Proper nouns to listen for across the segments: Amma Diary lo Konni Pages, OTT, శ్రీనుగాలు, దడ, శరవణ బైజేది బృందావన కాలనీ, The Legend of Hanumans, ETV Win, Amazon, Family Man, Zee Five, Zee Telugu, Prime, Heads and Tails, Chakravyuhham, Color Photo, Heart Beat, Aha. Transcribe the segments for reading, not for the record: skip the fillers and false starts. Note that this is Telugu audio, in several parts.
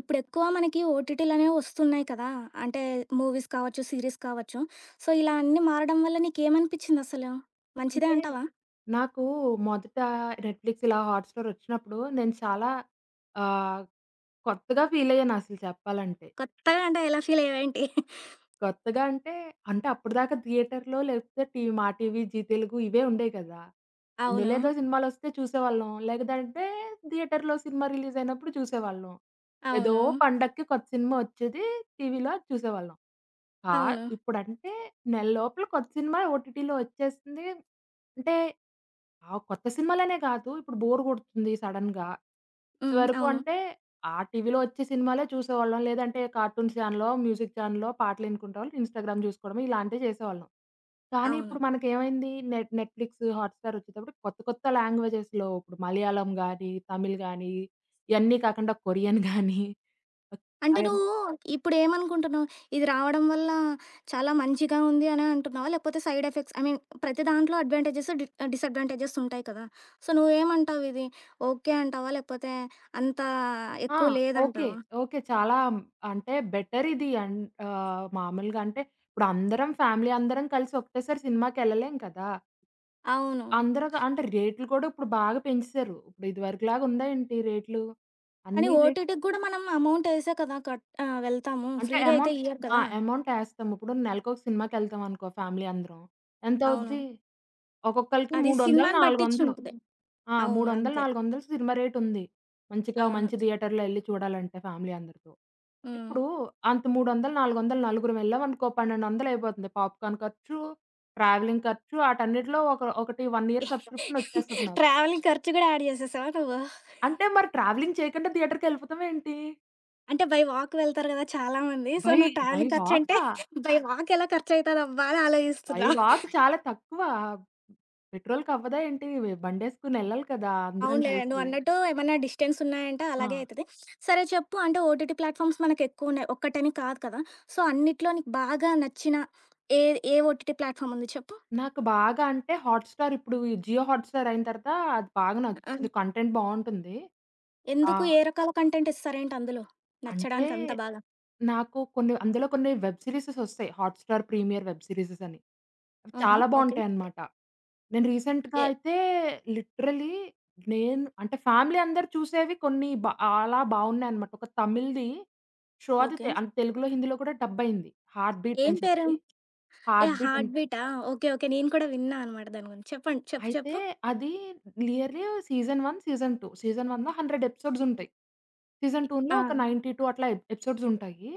ఇప్పుడు ఎక్కువ మనకి ఓటీటీలు అనేవి వస్తున్నాయి కదా! అంటే మూవీస్ కావచ్చు, సీరీస్ కావచ్చు. సో, ఇలా అన్నీ మారడం వల్ల నీకేమనిపించింది అసలు? మంచిదే అంటే, అంటావా? నాకు మొదట నెట్‌ఫ్లిక్స్ ఇలా హాట్‌స్టార్ వచ్చినప్పుడు నేను చాలా ఆహ్, కొత్తగా ఫీల్ అయ్యాను అసలు చెప్పాలంటే. కొత్తగా అంటే ఎలా ఫీల్ అయ్యావేంటి? కొత్తగా అంటే అప్పటిదాకా థియేటర్‌లో లేకపోతే టీవీ మా టీవీ, జీ తెలుగు ఇవే ఉండేవి కదా! ఇందులో అవును. ఏదో సినిమాలొస్తే చూసేవాళ్ళం. లేదంటే థియేటర్‌లో సినిమా రిలీజ్ అయినప్పుడు చూసేవాళ్ళం. ఏదో అవును. పండక్కి కొత్త సినిమా వచ్చేది, టీవీలో అది చూసేవాళ్ళం. కా అవును. ఇప్పుడంటే నెల లోపల కొత్త సినిమా ఓటీటీలో వచ్చేస్తుంది. అంటే ఆ, కొత్త సినిమాలనే కాదు, ఇప్పుడు బోర్ కొడుతుంది సడెన్‌గా. హ్మ్. ఇదివరకు అవును. అంటే ఆ టీవీలో వచ్చే సినిమాలే చూసేవాళ్ళం. లేదంటే కార్టూన్ ఛానెల్లో, మ్యూజిక్ ఛానెల్లో పాటలు ఇనుకుంటేవాళ్ళు, ఇన్‌స్టాగ్రామ్ చూసుకోవడమో ఇలాంటివి చేసేవాళ్ళం. కానీ అవును. ఇప్పుడు మనకేమైంది, నెట్‌ఫ్లిక్స్, హాట్‌స్టార్ వచ్చేటప్పటికి కొత్త కొత్త లాంగ్వేజెస్‌లో, ఇప్పుడు మలయాళం గాని, తమిళ్ గాని, ఇయన్నీ కాకుండా కొరియన్ గాని. అంటే నువ్వు ఇప్పుడేమనుకుంటున్నావు? ఇది రావడం వల్ల చాలా మంచిగా ఉంది అనే అంటున్నావా? లేకపోతే సైడ్ ఎఫెక్ట్స్ ఐ మీన్ ప్రతి దాంట్లో అడ్వాంటేజెస్, డిసడ్వాంటేజెస్ ఉంటాయి కదా! సో, నువ్వేమంటావు ఇది? ఓకే అంటావా? లేకపోతే అంత ఆ, ఎక్కువ ఓకే. లేదంటావా? ఓకే. చాలా అంటే బెటర్ ఇది. మామూలుగా అంటే ఇప్పుడు అందరం ఫ్యామిలీ అందరం కలిసి ఒకటేసారి సినిమాకెళ్ళలేం కదా! అవును. అందరూ అంటే రేట్లు కూడా ఇప్పుడు బాగా పెంచేసారు. ఇప్పుడు ఇదివరకులాగా ఉందా ఏంటి రేట్లు? కానీ అన్ని రేట్ ఓటీటీకి గూడా మనం అమౌంటేసే కదా కట్ వెళ్తాము. అంటే ఫ్రీగా అయితే అమౌంట్, ఇయ్యరు ఆ! కదా! అమౌంట్ ఏస్తాం. ఇప్పుడు నెలకొక సినిమాకెళ్తాం అనుకో ఫ్యామిలీ అందరం. అవును. ఎంతవుద్ది? ఒక్కొక్కళ్ళకి అది 300, సినిమాని 400. బట్టిచ్చుంటది. ఆ, అవును. 300, అంతే. 400 సినిమా రేటుంది. మంచిగా అవును. మంచి థియేటర్‌లో ఎళ్లి చూడాలంటే ఫ్యామిలీ అందరితో. హ్మ్. ఇప్పుడు అంత 300, 400 నలుగురం వెళ్ళామనుకో 1200 అయిపోతుంది. పాప్‌కార్న్ ఖర్చు, ట్రావెలింగ్ ఖర్చు, ఆటన్నిటిలో ఒక ఒకటి 1 ఇయర్ సబ్‌స్క్రిప్షన్ వచ్చేస్తది నాకు. ట్రావెలింగ్ ఖర్చు గూడా యాడ్ జేసేసావా నువ్వు? అంటే మరి ట్రావెలింగ్ చేయకుండా థియేటర్‌కెళ్ళిపోతామేంటి? అంటే బై వాక్ వెళ్తారు గదా చాలా మంది. సో, బై నువ్వు బై ట్రావెలింగ్ ఖర్చంటే వాకా? బై వాక్ ఎలా ఖర్చయితదబ్బా అని బై ఆలోజిస్తున్నా. వాక్ చాలా తక్కువ. పెట్రోల్‌కవ్వదా ఏంటి? బండేసుకొనెళ్ళాలి కదా, అందరం అవునులే. కలిసి. నువ్వన్నట్టు ఏమన్నా డిస్టెన్స్ ఉన్నాయంటే ఆ, అలాగే అయితది. సరే చెప్పు అంటే ఓటీటీ ప్లాట్‌ఫామ్స్ మనకెక్కువున్నాయి. ఒక్కటని కాదు కదా! సో, అన్నిట్లో నీకు బాగా నచ్చిన ఏ ఏ ఓటీటీ ప్లాట్‌ఫాముంది చెప్పు? నాకు బాగా అంటే హాట్‌స్టార్, ఇప్పుడు ఈ జియో హాట్‌స్టార్ అయిన తర్వాత అది బాగా ఆ! నచ్చుతుంది. కంటెంట్ బావుంటుంది. ఆ, ఎందుకు? ఏ రకాల కంటెంట్ ఇస్తారేంటి అందులో? అంటే, నచ్చడానికి అంత బాగా? నాకు కొన్ని, అందులో కొన్ని వెబ్ సీరీసెసొస్తాయి, హాట్‌స్టార్ ప్రీమియర్ వెబ్ సీరీసెస్ అని. అవి ఆహా! చాలా ఓకే. బావుంటాయన్నమాట. నేను రీసెంట్‌గా ఏ అయితే లిటరల్లీ నేను అంటే, ఫ్యామిలీ అందరూ చూసేవి కొన్ని అలా బావున్నాయన్నమాట. ఒక తమిళ్‌ది షో, అది ఓకే. అంటే తెలుగులో, హిందీలో కూడా డబ్బయింది. 'హార్ట్ బీట్' ఏం అని పేరు? చెప్పి. ఏ 'హార్ట్ బీట్' అని. 'హార్ట్ బీటా'? ఓకే. ఓకే. నేను కూడా విన్నా అనమాట దాని గురించి. చెప్పండి. చెప్పు అయితే చెప్పు. అది నియర్లీ సీజన్ 1, సీజన్ 2. సీజన్ 1లో 100 ఎపిసోడ్స్ ఉంటాయి. సీజన్ 2లో ఆ! ఒక 92 అట్లా ఎపిసోడ్స్ ఉంటాయి.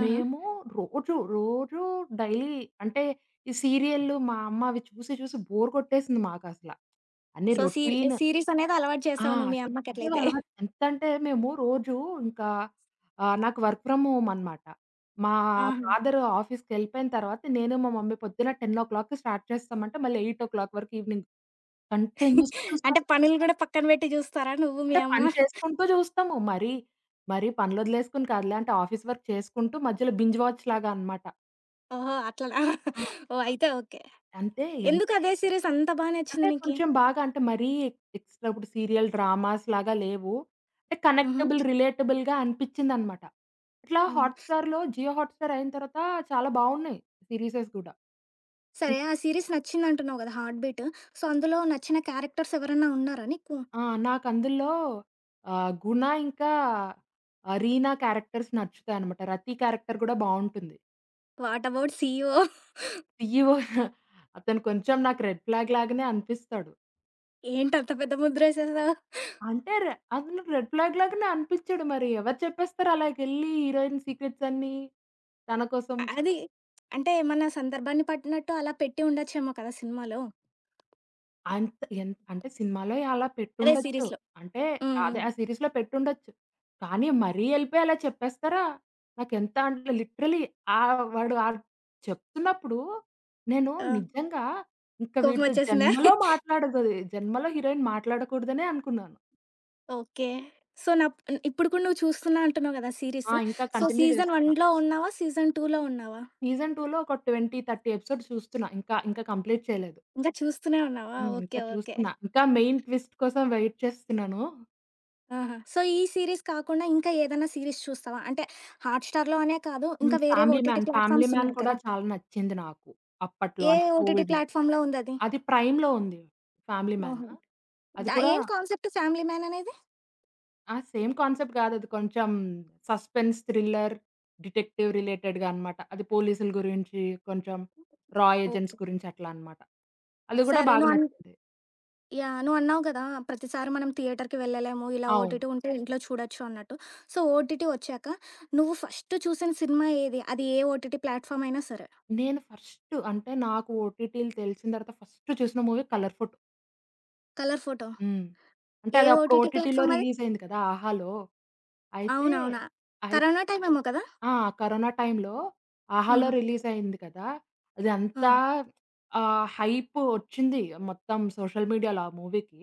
ఆహా! మేము రోజు, రోజు డైలీ అంటే ఈ సీరియల్లు, మా అమ్మ అవి చూసి, చూసి బోర్ కొట్టేసింది మాకసల. అన్ని సో, రొటీన్. సీరీస్ అనేది అలవాటు ఆ, చేసావు నువ్వు మీ సీరియల్ అమ్మకట్లయితే. అలవాటు ఎంతంటే మేము రోజు ఇంకా, నాకు వర్క్ ఫ్రమ్ హోమ్ అనమాట. మా ఆహా! ఫాదర్ ఆఫీస్‌కెళ్ళిపోయిన తర్వాత నేను, మా మమ్మీ పొద్దున 10:00కి స్టార్ట్ చేస్తామంటే మళ్ళీ 8:00 వరకు ఈవినింగ్ కంటిన్యూయస్‌గా చూస్తాం అంటే మేము. పనులు గూడా పక్కన పెట్టి జూస్తారా నువ్వు, మీ అంటే అమ్మ? పని చేసుకుంటూ చూస్తాము. మరీ పనులొదిలేసుకొని కాదులే. అంటే ఆఫీస్ వర్క్ చేసుకుంటూ మధ్యలో బింజ్ వాచ్ లాగా అన్నమాట. ఓహో! అట్లనా? ఆ, ఓహ్! అయితే ఓకే. అంటే ఎన్ ఎందుకు అదే సీరీస్ అంత బా అంటే నచ్చింది నీకి? కొంచెం బాగా, అంటే మరీ ఎక్స్‌ట్రా ఇప్పుడు సీరియల్ డ్రామాస్ లాగా లేవు. అంటే హుహు. కనెక్టబుల్, రిలేటబుల్‌గా అనిపిచ్చిందన్నమాట. ఇట్లా హుహు. హాట్‌స్టార్‌లో, జియో హాట్‌స్టార్ అయిన తర్వాత చాలా బావున్నాయి సీరీసెస్ గూడా. సరే హ్మ్. ఆ సీరీస్ నచ్చిందంటున్నావు గదా! 'Heart beat'. సో, అందులో నచ్చిన క్యారెక్టర్స్ ఎవరన్నా ఉన్నారా నీకు? ఆ, నాకందులో గుణ ఇంకా రీనా క్యారెక్టర్స్ నచ్చుతాయన్నమాట. రతి క్యారెక్టర్ గూడా బావుంటుంది. What about CEO? సీఈఓ, అతను కొంచెం నాకు రెడ్ ఫ్లాగ్ లాగానే అనిపిస్తాడు. ఏంటంత పెద్ద ముద్రేసేసావు? అంటే అతను రెడ్ ఫ్లాగ్ లాగానే అనిపిచ్చాడు మరి. ఎవరు చెప్పేస్తారు అలాగెళ్ళి హీరోయిన్ సీక్రెట్స్ అన్నీ తన కోసం? అది అంటే ఏమన్నా సందర్భాన్ని పట్టినట్టు అలా పెట్టి ఉండొచ్చేమో కదా సినిమాలో. అంత ఎంత అంటే సినిమాలో అలా అదే పెట్టుండొచ్చు. సీరీస్‌లో. అంటే హ్మ్. అదే హ్మ్. ఆ సీరీస్‌లో పెట్టుండొచ్చు. కానీ మరీ ఎళ్ళిపోయి అలా చెప్పేస్తారా? నాకెంత అంటే లిటరల్లీ వాడు చెప్తున్నప్పుడు నేను ఆ! నిజంగా ఇంక వీడితో కోపమొచ్చేసిందా? జన్మలో మాట్లాడకూడదు, జన్మలో హీరోయిన్ మాట్లాడకూడదనే అనుకున్నాను. ఓకే. సో, ఇప్పుడు కూడా నువ్వు చూస్తున్నా అంటున్నావు కదా ఆ, సీరీస్. ఇంకా సో, కంటిన్యూ సీజన్ చేస్తున్నా. 1లో ఉన్నావా? సీజన్ 2లో ఉన్నావా? సీజన్ 2లో ఒక 20, 30 ఎపిసోడ్స్ చూస్తున్నా. ఇంకా కంప్లీట్ చేయలేదు. ఇంకా చూస్తూనే ఉన్నావా? హ్మ్. ఇంకా ఓకే. ఓకే. చూస్తున్నా. ఇంకా మెయిన్ ట్విస్ట్ కోసం వెయిట్ చేస్తున్నాను. ఆహా! సో, ఈ సీరీస్ కాకుండా ఇంకా ఏదైనా సీరీస్ చూస్తావా? అంటే హాట్‌స్టార్‌లో అనే కాదు హ్మ్. ఇంకా వేరే 'family OTT man', 'family platforms man' ఉన్నాయి కూడా కదా! చాలా నచ్చింది నాకు. అప్పట్లో ఏ అంటే ఓటీటీ కోవిడ్‌లో. ప్లాట్‌ఫార్మ్‌లో ఉందది? అది ప్రైమ్‌లో ఉంది, 'ఫ్యామిలీ మ్యాన్.' ఓహో! అది కూడా. ఏం కాన్సెప్ట్ 'ఫ్యామిలీ మ్యాన్' అనేది? ఆ, సేమ్ కాన్సెప్ట్ కాదు. అది కొంచెం సస్పెన్స్, థ్రిల్లర్, డిటెక్టివ్ రిలేటెడ్‌గా అన్నమాట. అది పోలీసుల గురించి, కొంచెం రా ఏజెంట్స్ ఓకే. గురించి అట్లా అన్నమాట. అది కూడా సరే బాగా నువ్వు నచ్చింది. యాహ్! నువ్వన్నావు గదా! ప్రతిసారి మనం థియేటర్‌కి వెళ్ళలేము. ఇలా అవును. ఓటీటీ ఉంటే ఇంట్లో చూడొచ్చు అన్నట్టు. సో, ఓటీటీ వచ్చాక నువ్వు ఫస్ట్ చూసిన సినిమా ఏది? అది ఏ ఓటీటీ ప్లాట్‌ఫామ్ అయినా సరే. నేను ఫస్ట్ అంటే, నాకు ఓటీటీలు తెలిసిన తర్వాత ఫస్ట్ చూసిన movie 'colour photo'. 'Colour photo' హ్మ్. అంటే ఏ అది అప్పుడు ఓటీటీ ఓటీటీలో ప్లాట్‌ఫామ్ అది? రిలీజ్ అయింది కదా, 'ఆహాలో'. అయితే, అవునవునా! అయి కరోనా టైమేమో కదా! ఆ, కరోనా టైంలో 'ఆహాలో' హుహు. రిలీజ్ అయింది కదా! అదంతా ఆహా! హైప్ ఒచ్చింది. మొత్తం సోషల్ మీడియాలో ఆ మూవీకి.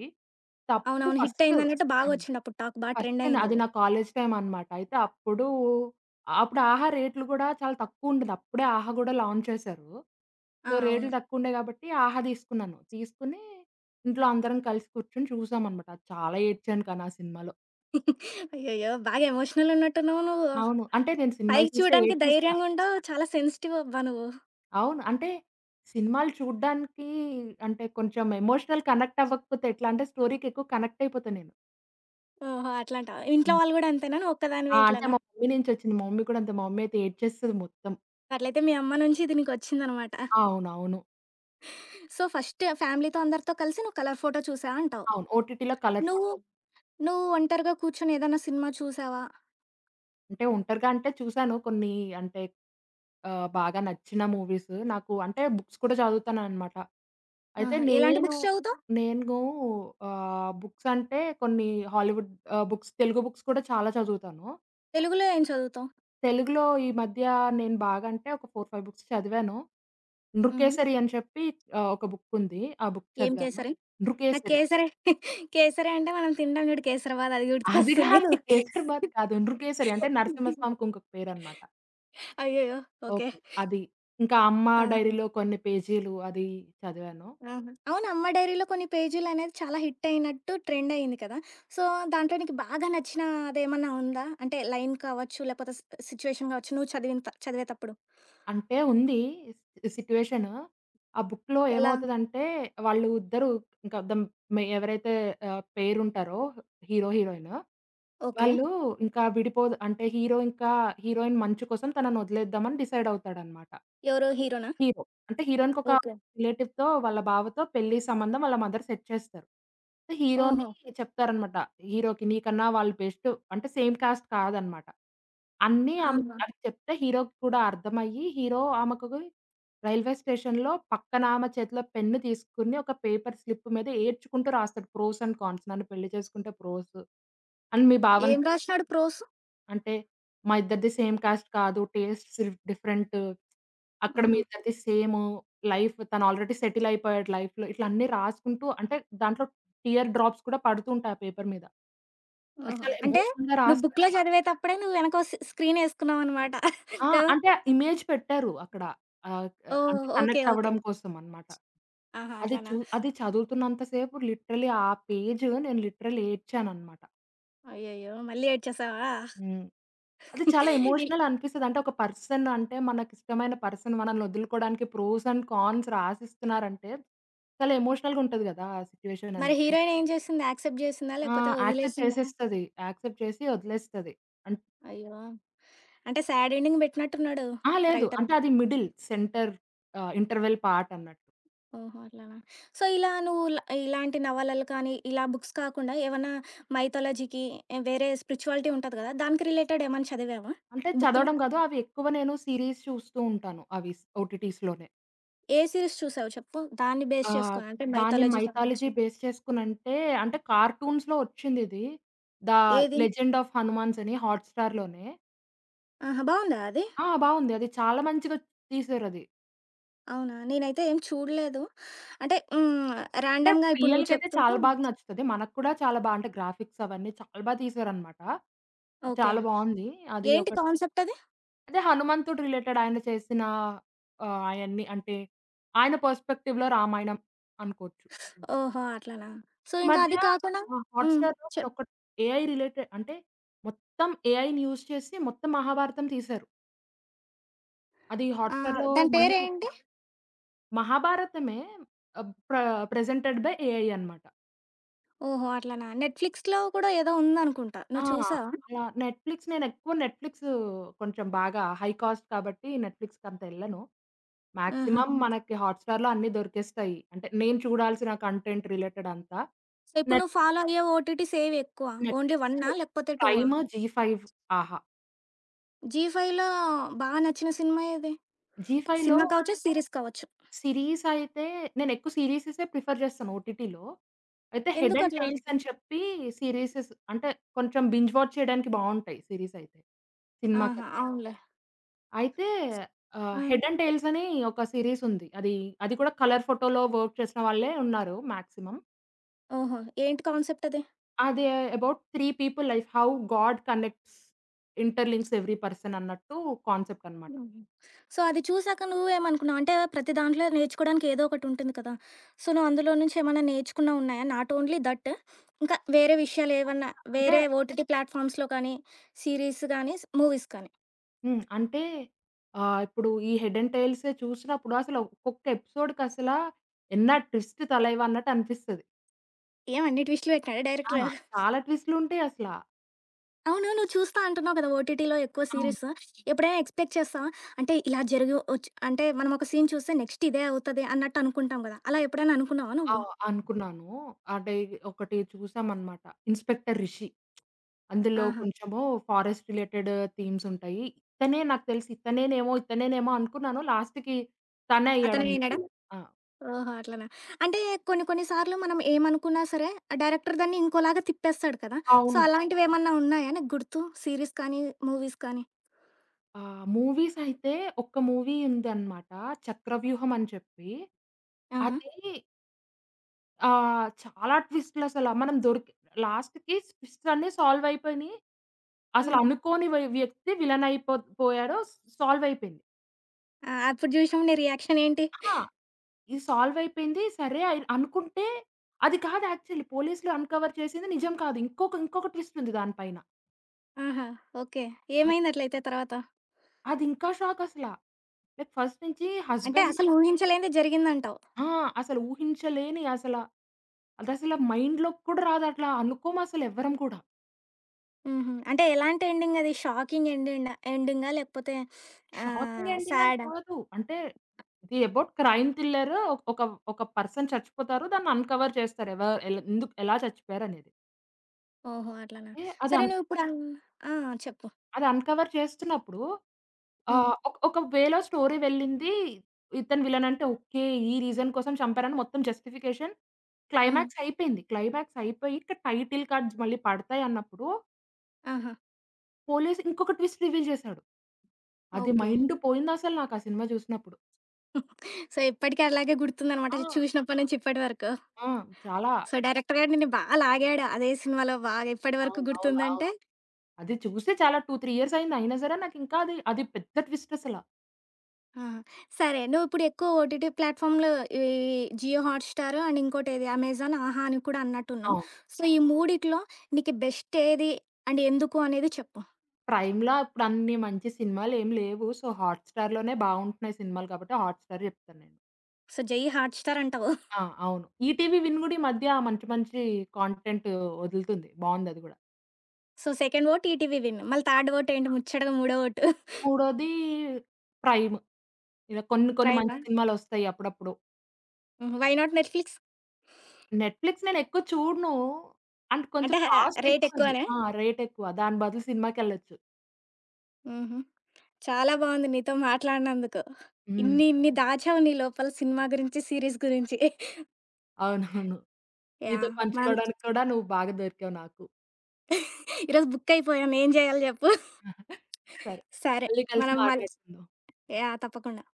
అప్పుడు అవునవును. హిట్ ఫస్ట్ అయిందన్నట్టు ఆ! బాగా వచ్చింది అప్పుడు టాక్. బా ట్రెండ్ ఫస్ట్ అది అయిందది. నా కాలేజ్ టైమ్ అనమాట. అయితే అప్పుడు అప్పుడు 'ఆహా' రేట్లు గూడా చాలా తక్కువుండేది. అప్పుడే 'ఆహా' గూడా లాంచ్ చేశారు. సో, ఆ! రేట్లు అవును. తక్కువుండే గాబట్టి 'ఆహా' తీసుకున్నాను. తీసుకొని ఇంట్లో అందరం కలిసి కూర్చొని చూసామనమాట. చాలా ఏడ్చాను కానీ ఆ సినిమాలో. అయ్యయ్యో! బాగా ఎమోషనల్ ఉన్నట్టున్నావు నువ్వు. అవును. అంటే నేను సినిమాలు పైకి చూస్తే చూడడానికి ఏడ్చేస్తా. ధైర్యంగుండవు. చాలా సెన్సిటివ్ అబ్బా నువ్వు. అవును. అంటే సినిమాలు చూడ్డానికి అంటే కొంచెం ఎమోషనల్ కనెక్ట్ అవ్వకపోతే ఎట్లా, అంటే స్టోరీకి ఎక్కువ కనెక్ట్ అయిపోతా నేను. ఓహో! అట్లాంటావా? ఇంట్లో హ్మ్. వాళ్ళు గూడా అంతేనా? నువ్వు ఆ, ఒక్కదానివే అంటే ఇట్లనా? మా మమ్మీ నుంచొచ్చింది. మా మమ్మీ కూడా అంతే. మా మమ్మీ అయితే ఏడ్చేస్తది మొత్తం. అట్లయితే మీ అమ్మ నుంచి ఇది నీకొచ్చిందనమాట. అవునవును. సో, ఫస్ట్ ఫ్యామిలీతో అందరితో కలిసి నువ్వు కలర్ ఫోటో చూసావు అంటావు. అవును, ఓటీటీలో కలర్ నువ్వు, ఫోటో. నువ్వు ఒంటరిగా కూర్చొని ఏదన్నా సినిమా చూసావా? అంటే ఒంటరిగా అంటే చూసాను కొన్ని, అంటే బాగా నచ్చిన మూవీస్. నాకు అంటే బుక్స్ కూడా చదువుతాననమాట. అయితే ఆహా! ఎలాంటి నేను, బుక్స్ చదువుతావు? నేను ఆహ్, బుక్స్ అంటే కొన్ని హాలీవుడ్ బుక్స్, తెలుగు బుక్స్ కూడా చాలా చదువుతాను. తెలుగులో ఏం చదువుతావు? తెలుగులో ఈ మధ్య నేను బాగా అంటే ఒక 4, 5 బుక్స్ చదివాను. హుహు. 'నృకేసరి' అని చెప్పి ఒక బుక్ ఉంది. ఆ బుక్ ఏం చదివాను. కేసరి? నాకు 'నృకేసరి'. కేసరి, కేసరి అంటే మనం తింటాం చూడు కేసరబాద్ అది అది గుర్తుకొస్తుంది. కాదు, 'కేసరి బాత్' కాదు. 'నృకేసరి' అంటే నరసింహస్వామికి ఇంకొక పేరనమాట. అయ్యయ్యో! ఓకే. ఓకే. అది. ఇంకా 'అమ్మ ఆ! డైరీలో' కొన్ని పేజీలు అది చదివాను. ఆహా! అవును. 'అమ్మ డైరీలో కొన్ని పేజీలనేది చాలా హిట్ అయినట్టు ట్రెండ్ అయింది కదా! సో, దాంట్లో నీకు బాగా నచ్చిన అదేమన్నా ఉందా? అంటే లైన్ కావచ్చు, లేకపోతే సిట్యుయేషన్ కావచ్చు, నువ్వు చదివిన చదివేతప్పుడు. అంటే ఉంది సిట్యుయేషను. ఆ బుక్‌లో ఎలా? ఏమవుతదంటే వాళ్ళు ఇద్దరు, ఇంకా ఎవరైతే పెయిర్ ఉంటారో, హీరో, హీరోయిన్, ఓకే. వాళ్ళు ఇంకా విడిపోదు, అంటే హీరో ఇంకా హీరోయిన్ మంచు కోసం తనను వదిలేద్దామని డిసైడ్ అవుతాడన్నమాట. ఎవరు హీరోనా? హీరో. అంటే హీరోయిన్‌కొక ఓకే. రిలేటివ్‌తో, వాళ్ళ బావతో పెళ్లి సంబంధం వాళ్ళ మదర్ సెట్ చేస్తారు. సో, హీరోని ఓహో! చెప్తారనమాట, హీరోకి నీకన్నా వాళ్ళు బెస్ట్, అంటే సేమ్ కాస్ట్ కాదనమాట. అన్నీ ఆమెకి ఆహా! అవి చెప్తే హీరోకి కూడా అర్థమయ్యి, హీరో ఆమెకు రైల్వే స్టేషన్‌లో పక్కన ఆమె చేతిలో పెన్ను తీసుకుని ఒక పేపర్ స్లిప్ మీద ఏడ్చుకుంటూ రాస్తాడు. Pros and cons. నన్ను పెళ్లి చేసుకుంటే ప్రోస్, అండ్ మీ బావని ఏం పెళ్లి. రాసినాడు ప్రోస్? అంటే మా ఇద్దరిది సేమ్ కాస్ట్ కాదు, టేస్ట్స్ డిఫరెంట్. అక్కడ మీ ఆహా! ఇద్దరిది సేము. లైఫ్, తను ఆల్రెడీ సెటిల్ అయిపోయాడు లైఫ్‌లో. ఇట్లా అన్నీ రాసుకుంటూ, అంటే దాంట్లో టియర్ డ్రాప్స్ కూడా పడుతూ ఉంటాయి ఆ పేపర్ మీద. అది ఓహో! చాలా అంటే ఎమోషనల్‌గా నువ్వు రాస్తాడు. బుక్‌లో చదివేతప్పుడే నువ్వు వెనకో స్క్రీనేసుకున్నావనమాట. ఆ, కదా! అంటే ఇమేజ్ పెట్టారు అక్కడ. ఆహ్, అంటే ఓహ్! ఓకే. Connect okay. అవ్వడం కోసం అన్నమాట. ఆహా! అట్లనా? అది చదువుతున్నంత సేపు లిటరల్లీ, ఆ పేజ్ నేను లిటరల్లీ ఏడ్చానన్నమాట. అయ్యయ్యో! మళ్ళీ ఏడ్చేసావా? హ్మ్. అది చాలా ఎమోషనల్ అనిపిస్తది. అంటే ఒక పర్సన్, అంటే మనకిష్టమైన పర్సన్ మనల్ని వదులుకోవడానికి ప్రోస్ అండ్ కాన్స్ రాసిస్తున్నారంటే, చాలా ఎమోషనల్‌గా ఉంటది గదా ఆ సిట్యుయేషన్ మరి అనేది. హీరోయిన్ ఏం చేసింది? యాక్సెప్ట్ చేసిందా? ఆ, లేకపోతే యాక్సెప్ట్ వదిలేసిందా? చేసేస్తది. యాక్సెప్ట్ చేసి వదిలేస్తది. అన్ అయ్యో! అంటే సాడ్ ఎండింగ్ పెట్టినట్టున్నాడు ఆ, లేదు. రైటరు. అంటే అది మిడిల్ సెంటర్, ఇంటర్వెల్ పార్ట్ అన్నట్టు. ఓహో! అట్లానా? సో, ఇలా నువ్వు ఇలాంటి నవలలు కానీ, ఇలా బుక్స్ కాకుండా ఏవన్నా మైథాలజీకి వేరే స్పిరిచువాలిటీ ఉంటది కదా! దానికి రిలేటెడ్ ఏమన్నా చదివావా అంటే బుక్కులు? చదవడం కాదు, అవి ఎక్కువ నేను సీరీస్ చూస్తూ ఉంటాను. అవి ఓటీటీస్‌లోనే. ఏ సీరీస్ చూసావు చెప్పు? దాన్ని ఆ, బేస్ చేసుకొని అంటే దాన్ని మైథాలజీ మైథాలజీ కావచ్చు. బేస్ చేసుకొనంటే, అంటే కార్టూన్స్‌లో వచ్చిందిది. 'ద ఏది? లెజెండ్ ఆఫ్ హనుమాన్స్' అని, హాట్‌స్టార్‌లోనే. ఆహా! బావుందా అది? ఆ, బావుంది. అది చాలా మంచిగా తీశారది. అవునా? నేనైతే ఏం చూడలేదు. అంటే హ్మ్. అంటే ర్యాండమ్‌గా ఇప్పుడు నువ్వు పిల్లలకైతే చెప్తుంటే చాలా బాగా నచ్చుతది. మనకు కూడా చాలా బా, అంటే గ్రాఫిక్స్ అవన్నీ చాలా బా తీశారనమాట. ఓకే. చాలా బావుంది. అది ఒక. ఏంటి కాన్సెప్ట్ అది? అదే హనుమంతుడు రిలేటెడ్ ఆయన చేసిన అయన్నీ, అంటే ఆయన పర్స్‌పెక్టివ్‌లో రామాయణం అనుకోవచ్చు. ఓహో! అట్లనా? సో, ఈ ఇంకా మధ్య అది కాకుండా ఆ, హ్మ్. హాట్‌స్టార్‌లో చెప్ నేనొకటి, ఏఐ రిలేటెడ్, అంటే మొత్తం ఏఐని యూజ్ చేసి మొత్తం మహాభారతం తీశారు. అది ఆ! హాట్‌స్టార్‌లో దాని మొన్ననే, పేరేంటి? మహాభారతమే, ఆహ్, ప్ర ప్రెజెంటెడ్ బై ఏఐ అనమాట. ఓహో! అట్లనా? నెట్‌ఫ్లిక్స్‌లో కూడా ఏదో ఉందనుకుంటా. ఆ, నువ్వు చూసావా? అలా నెట్‌ఫ్లిక్స్, నేనెక్కువ నెట్‌ఫ్లిక్స్ కొంచెం బాగా హై కాస్ట్ కాబట్టి నెట్‌ఫ్లిక్స్‌కంత ఎళ్ళను. ఆహా! మాక్సిమం మనకి హాట్‌స్టార్‌లో అన్నీ దొరికేస్తాయి, అంటే నేను చూడాల్సిన కంటెంట్ రిలేటెడ్ అంతా. సో, ఇప్పుడు నెట్ నువ్వు ఫాలో అయ్యే ఓటీటీస్ ఏవెక్కువ? ఓన్లీ నెట్‌ఫ్లిక్స్, 1 లేకపోతే 2? ప్రైమ్, జీ ఫైవ్, ఆహా! జీ ఫైవ్‌లో బాగా నచ్చిన సినిమా ఏది? జీ ఫైవ్‌లో, సినిమా కావచ్చు, సీరీస్ కావచ్చు. సిరీస్ అయితే నేనెక్కువ సీరీసెసే ప్రిఫర్ చేస్తాను ఓటీటీలో. అయితే హెడ్ అండ్ ఎందుకట్లా? టైల్స్ అని చెప్పి. సీరీసెస్ అంటే కొంచెం బింజ్ వాచ్ చేయడానికి బావుంటాయి సీరీసయితే, సినిమా ఆహా! కన్నా. అవునులే. అయితే ఆ! 'హెడ్ అండ్ టైల్స్' అని ఒక సీరీస్ ఉంది. అది. అది కూడా కలర్ ఫోటోలో వర్క్ చేసిన వాళ్ళే ఉన్నారు మాక్సిమం. ఓహో! ఏంటి కాన్సెప్ట్ అది? అది about 3 people life. How god connects, interlinks every person అన్నట్టు కాన్సెప్ట్ అన్నమాట. హుహు. సో, అది చూసాక నువ్వేమనుకున్నావు? అంటే ప్రతి దాంట్లో నేర్చుకోవడానికి ఏదో ఒకటుంటుంది కదా! సో, నువ్వు అందులో నుంచి ఏమైనా నేర్చుకున్నవి ఉన్నాయా? నాట్ ఓన్లీ దట్ ఇంకా వేరే విషయాలేవన్నా అంటే, వేరే ఓటీటీ ప్లాట్‌ఫామ్స్‌లో కానీ, సీరీస్ గానీ, మూవీస్ కానీ. హ్మ్. అంటే ఇప్పుడు ఈ 'హెడ్ అండ్ టైల్సే' చూసినప్పుడు అసలు ఒక్కొక్క ఎపిసోడ్‌కి అసల ఎన్న ట్విస్ట్ తలైవ అన్నట్టు అనిపిస్తది. ఏం అన్ని ట్విస్టులు పెట్టినాడా ఆ, డైరెక్టరు? చాలా ట్విస్ట్‌లు ఉంటాయి అసల. అవును. నువ్వు చూస్తా అంటున్నావు కదా! ఓటీటీలో ఎక్కువ అవును. సీరీస్. ఎప్పుడైనా ఎక్స్‌పెక్ట్ చేస్తావా? అంటే ఇలా జరిగి ఒచ్ అంటే మనం ఒక సీన్ చూస్తే నెక్స్ట్ ఇదే అవుతది అన్నట్టు అనుకుంటాం కదా! అలా ఎప్పుడైనా అనుకున్నావా ఆ, నువ్వు? అనుకున్నాను. అంటే ఒకటి చూసామన్నమాట, 'ఇన్స్‌పెక్టర్ రిషి.' అందులో ఆహా! కొంచెము ఫారెస్ట్ రిలేటెడ్ థీమ్స్ ఉంటాయి. ఇతనే నాకు తెలిసి, ఇతనేనేమో అనుకున్నాను. లాస్ట్‌కి తనే అతను అయ్యాడన్నమాట వినడా? విలన్. ఆ, ఓహో! అట్లనా. అంటే కొన్ని కొన్ని సార్లు మనం ఏమనుకున్నా సరే, డైరెక్టర్ దాన్ని ఇంకోలాగా తిప్పేస్తాడు కదా! సో, అవును. అలాంటివేమన్నా ఉన్నాయా నీకు గుర్తు? సీరీస్ కానీ, మూవీస్ కానీ? మూవీస్ అయితే ఒక్క మూవీ ఉందన్నమాట, 'చక్రవ్యూహం' అని చెప్పి. ఆహా! అది చాలా ట్విస్ట్‌లసల మనం దొరికి, లాస్ట్‌కి ట్విస్ట్స్ అన్నీ సాల్వ్ అయిపోయినియి. ఆ! అసలు అనుకోని వ్యక్తి విలన్ పోయాడు. సాల్వ్ అయిపోయింది. ఆ! అప్పుడు జూసినప్పుడు నీ రియాక్షన్ ఏంటి? ఆ, ఇది సాల్వ్ అయిపోయింది, సరే అయి అనుకుంటే అది కాదు యాక్చువల్లీ. పోలీసులు అన్‌కవర్ చేసింది నిజం కాదు. ఇంకొక ఇంకొక ట్విస్ట్ ఉంది దాని పైన. ఆహా! ఓకే. అద్ ఏమైంది అట్లయితే తర్వాత? అది ఇంకా షాక్ అసల. లైక్ ఫస్ట్ నుంచి అంటే హస్బెండ్. అసలు ఊహించలేనిదే జరిగిందంటావు. ఆ, అసలు ఊహించలేని అసల, అదసల మైండ్‌లోకి కూడా రాదు. అట్లా అనుకోము అసలు ఎవ్వరం కూడా. హుహు. అంటే ఎలాంటి ఎండింగ్ అది? షాకింగ్ ఎండిండా ఎండింగా? లేకపోతే షాకింగ్ ఎండింగ్ అని సాడా? కాదు, అంటే ఇది అబౌట్ క్రైమ్ థ్రిల్లర్. ఒక ఒక ఒక పర్సన్ చచ్చిపోతారు. దాన్ని అన్‌కవర్ చేస్తారు, ఎలా, ఎందుకు, ఎలా చచ్చిపోయారనేది. ఓహో! అట్లనా. ఓకే. సరే నువ్విప్పుడు ఆ! చెప్పు. అది అన్‌కవర్ చేస్తున్నప్పుడు హ్మ్. ఒక ఒక వేలో స్టోరీ వెళ్ళింది. ఇతను విలన్ అంటే ఓకే. ఈ రీజన్ కోసం చంపారని మొత్తం జస్టిఫికేషన్, హ్మ్. క్లైమాక్స్ అయిపోయింది. క్లైమాక్స్ అయిపోయి ఇక టైటిల్ కార్డ్స్ మళ్ళీ పడతాయి అన్నప్పుడు ఆహా! పోలీస్ ఇంకొక ట్విస్ట్ రివీల్ చేసాడు. అది ఓకే. మైండ్ పోయిందసలు నాకు ఆ సినిమా చూసినప్పుడు. సో, ఇప్పటికి అలాగే గుర్తుందనమాట. ఆ! చూసినప్పటి నుంచి ఇప్పటి వరకు. ఆ! చాలా. సో, డైరెక్టర్ గారు నిన్ను బా లాగాడు. అదే సినిమాలో బాగా ఇప్పటి వరకు అవును. అవును. అవును. గుర్తుందంటే అది చూసి చాలా 2, 3 ఇయర్స్ అయింది. అయినా సరే నాకింకా అది, అది పెద్ద ట్విస్ట్ అసల. ఆ! సరే. నువ్వు ఇప్పుడు ఎక్కువ ఓటీటీ ప్లాట్‌ఫామ్‌లు ఈ జియో హాట్‌స్టార్ అండ్ ఇంకోటేది అమెజాన్, ఆహా! అని కూడా అన్నట్టున్నావు. అవును. సో, ఈ మూడిట్లో నీకు బెస్ట్ ఏది? అండ్ ఎందుకు అనేది చెప్పు. ప్రైమ్‌లో ఇప్పుడన్ని మంచి సినిమాలేం లేవు. సో, హాట్‌స్టార్‌లోనే బావుంటున్నాయి సినిమాలు కాబట్టి హాట్‌స్టార్ జెప్తాను నేను. సో, జై హాట్‌స్టార్ అంటావు. ఆ, అవును. ఈటీవీ విన్ గూడా ఈ మధ్య మంచి మంచి కాంటెంట్ వదులుతుంది. బావుందది గూడా. So, second OTT ETV Win. మళ్ళీ థర్డ్ ఓట్ ఏంటి ముచ్చటగా మూడో ఓటు మూడోది ప్రైమ్. ఇలా కొన్ని కొన్ని మంచి ప్రైమా? సినిమాలొస్తాయి అప్పుడప్పుడు. హుహు. Why not Netflix? నెట్‌ఫ్లిక్స్ నేనెక్కువ చూడను. అండ్ కొంచెం అంటే కాస్ట్ రేట్ ఎక్కువది. ఎక్కువనా? ఆ, రేటెక్కువ. దాని బదులు సినిమాకెళ్ళొచ్చు. హుహు. చాలా బావుంది నీతో మాట్లాడినందుకు. హ్మ్. ఇన్ని ఇన్ని దాచావు నీ లోపల సినిమా గురించి, సీరీస్ గురించి. అవునవును. నీతో యాహ్! మనం పంచుకోవడానికి కూడా నువ్వు బాగా దొరికావు నాకు. ఈరోజు బుక్కయిపోయాం. ఏం జేయాలో జెప్పు? సరే. సరే. మళ్ళీ కలిసి మనం మల్ మాట్లాడుకుందాం. యాహ్! తప్పకుండా.